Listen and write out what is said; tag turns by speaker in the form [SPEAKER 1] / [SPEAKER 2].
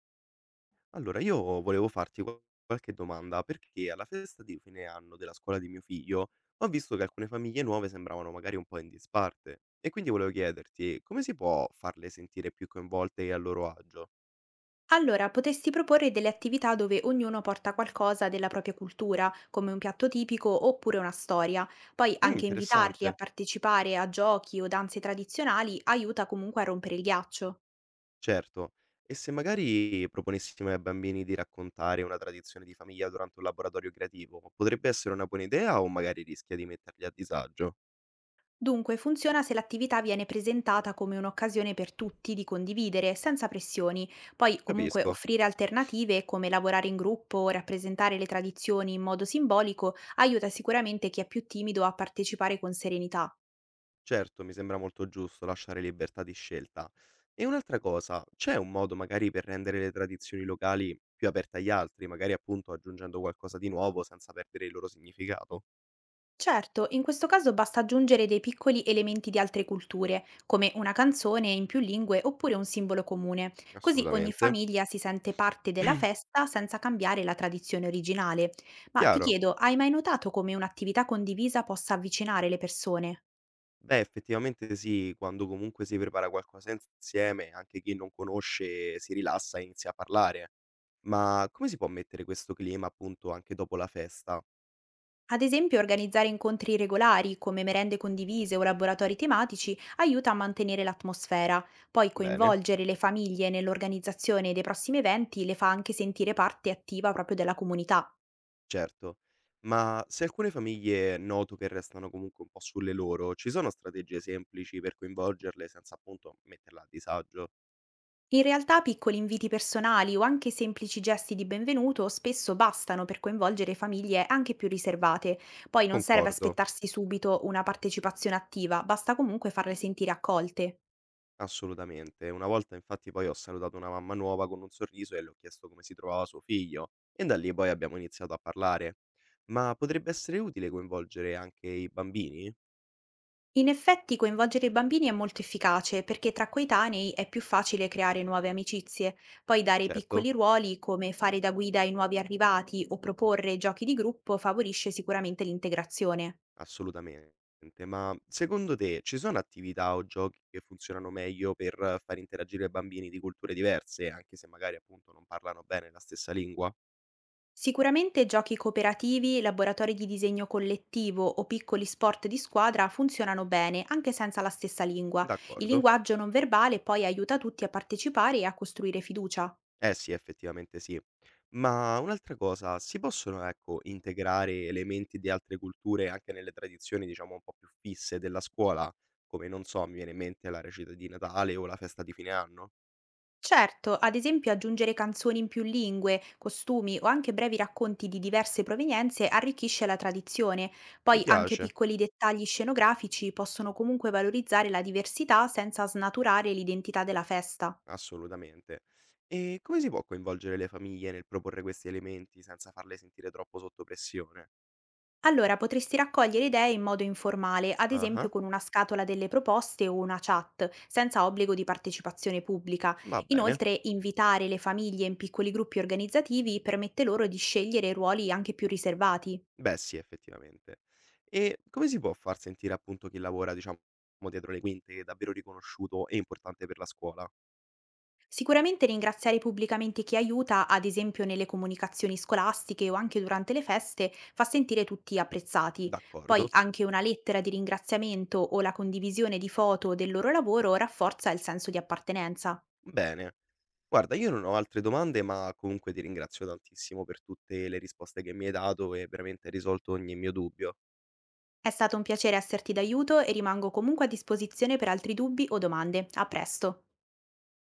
[SPEAKER 1] Allora, io volevo farti qualche domanda, perché alla festa di fine anno della scuola di mio figlio ho visto che alcune famiglie nuove sembravano magari un po' in disparte, e quindi volevo chiederti come si può farle sentire più coinvolte e a loro agio?
[SPEAKER 2] Allora, potresti proporre delle attività dove ognuno porta qualcosa della propria cultura, come un piatto tipico oppure una storia. Poi
[SPEAKER 1] Mm,
[SPEAKER 2] anche invitarli a
[SPEAKER 1] interessante,
[SPEAKER 2] partecipare a giochi o danze tradizionali aiuta comunque a rompere il ghiaccio.
[SPEAKER 1] certo. E se magari proponessimo ai bambini di raccontare una tradizione di famiglia durante un laboratorio creativo, potrebbe essere una buona idea o magari rischia di metterli a disagio?
[SPEAKER 2] Dunque, funziona se l'attività viene presentata come un'occasione per tutti di condividere, senza pressioni. Poi comunque
[SPEAKER 1] Capisco.
[SPEAKER 2] offrire alternative come lavorare in gruppo o rappresentare le tradizioni in modo simbolico aiuta sicuramente chi è più timido a partecipare con serenità.
[SPEAKER 1] Certo, mi sembra molto giusto lasciare libertà di scelta. E un'altra cosa, c'è un modo magari per rendere le tradizioni locali più aperte agli altri, magari appunto aggiungendo qualcosa di nuovo senza perdere il loro significato?
[SPEAKER 2] Certo, in questo caso basta aggiungere dei piccoli elementi di altre culture, come una canzone in più lingue oppure un simbolo comune, così ogni
[SPEAKER 1] Assolutamente.
[SPEAKER 2] famiglia si sente parte della festa senza cambiare la tradizione originale. Ma ti
[SPEAKER 1] Chiaro.
[SPEAKER 2] chiedo, hai mai notato come un'attività condivisa possa avvicinare le persone?
[SPEAKER 1] Beh, effettivamente sì, quando comunque si prepara qualcosa insieme, anche chi non conosce si rilassa e inizia a parlare. Ma come si può mettere questo clima appunto anche dopo la festa?
[SPEAKER 2] Ad esempio, organizzare incontri regolari come merende condivise o laboratori tematici aiuta a mantenere l'atmosfera. Poi
[SPEAKER 1] Bene.
[SPEAKER 2] coinvolgere le famiglie nell'organizzazione dei prossimi eventi le fa anche sentire parte attiva proprio della comunità.
[SPEAKER 1] Certo, ma se alcune famiglie noto che restano comunque un po' sulle loro, ci sono strategie semplici per coinvolgerle senza appunto metterla a disagio?
[SPEAKER 2] In realtà piccoli inviti personali o anche semplici gesti di benvenuto spesso bastano per coinvolgere famiglie anche più riservate. Poi non serve
[SPEAKER 1] Concordo,
[SPEAKER 2] aspettarsi subito una partecipazione attiva, basta comunque farle sentire accolte.
[SPEAKER 1] assolutamente. Una volta infatti poi ho salutato una mamma nuova con un sorriso e le ho chiesto come si trovava suo figlio e da lì poi abbiamo iniziato a parlare. Ma potrebbe essere utile coinvolgere anche i bambini?
[SPEAKER 2] In effetti coinvolgere i bambini è molto efficace perché tra coetanei è più facile creare nuove amicizie, poi dare
[SPEAKER 1] Certo.
[SPEAKER 2] piccoli ruoli come fare da guida ai nuovi arrivati o proporre giochi di gruppo favorisce sicuramente l'integrazione.
[SPEAKER 1] Assolutamente. Ma secondo te ci sono attività o giochi che funzionano meglio per far interagire bambini di culture diverse, anche se magari appunto non parlano bene la stessa lingua?
[SPEAKER 2] Sicuramente giochi cooperativi, laboratori di disegno collettivo o piccoli sport di squadra funzionano bene, anche senza la stessa lingua. Il
[SPEAKER 1] D'accordo.
[SPEAKER 2] linguaggio non verbale poi aiuta tutti a partecipare e a costruire fiducia.
[SPEAKER 1] Eh sì, effettivamente sì. Ma un'altra cosa, si possono, ecco, integrare elementi di altre culture anche nelle tradizioni, diciamo, un po' più fisse della scuola? Come, non so, mi viene in mente la recita di Natale o la festa di fine anno?
[SPEAKER 2] Certo, ad esempio aggiungere canzoni in più lingue, costumi o anche brevi racconti di diverse provenienze arricchisce la tradizione. Poi
[SPEAKER 1] Mi
[SPEAKER 2] anche
[SPEAKER 1] piace.
[SPEAKER 2] piccoli dettagli scenografici possono comunque valorizzare la diversità senza snaturare l'identità della festa.
[SPEAKER 1] Assolutamente. E come si può coinvolgere le famiglie nel proporre questi elementi senza farle sentire troppo sotto pressione?
[SPEAKER 2] Allora, potresti raccogliere idee in modo informale, ad esempio
[SPEAKER 1] Ah-ah,
[SPEAKER 2] con una scatola delle proposte o una chat, senza obbligo di partecipazione pubblica.
[SPEAKER 1] va bene.
[SPEAKER 2] Inoltre, invitare le famiglie in piccoli gruppi organizzativi permette loro di scegliere ruoli anche più riservati.
[SPEAKER 1] Beh sì, effettivamente. E come si può far sentire appunto chi lavora, diciamo, dietro le quinte, davvero riconosciuto e importante per la scuola?
[SPEAKER 2] Sicuramente ringraziare pubblicamente chi aiuta, ad esempio nelle comunicazioni scolastiche o anche durante le feste, fa sentire tutti apprezzati. Poi
[SPEAKER 1] D'accordo.
[SPEAKER 2] anche una lettera di ringraziamento o la condivisione di foto del loro lavoro rafforza il senso di appartenenza.
[SPEAKER 1] Bene. Guarda, io non ho altre domande, ma comunque ti ringrazio tantissimo per tutte le risposte che mi hai dato e veramente hai risolto ogni mio dubbio.
[SPEAKER 2] È stato un piacere esserti d'aiuto e rimango comunque a disposizione per altri dubbi o domande. A presto!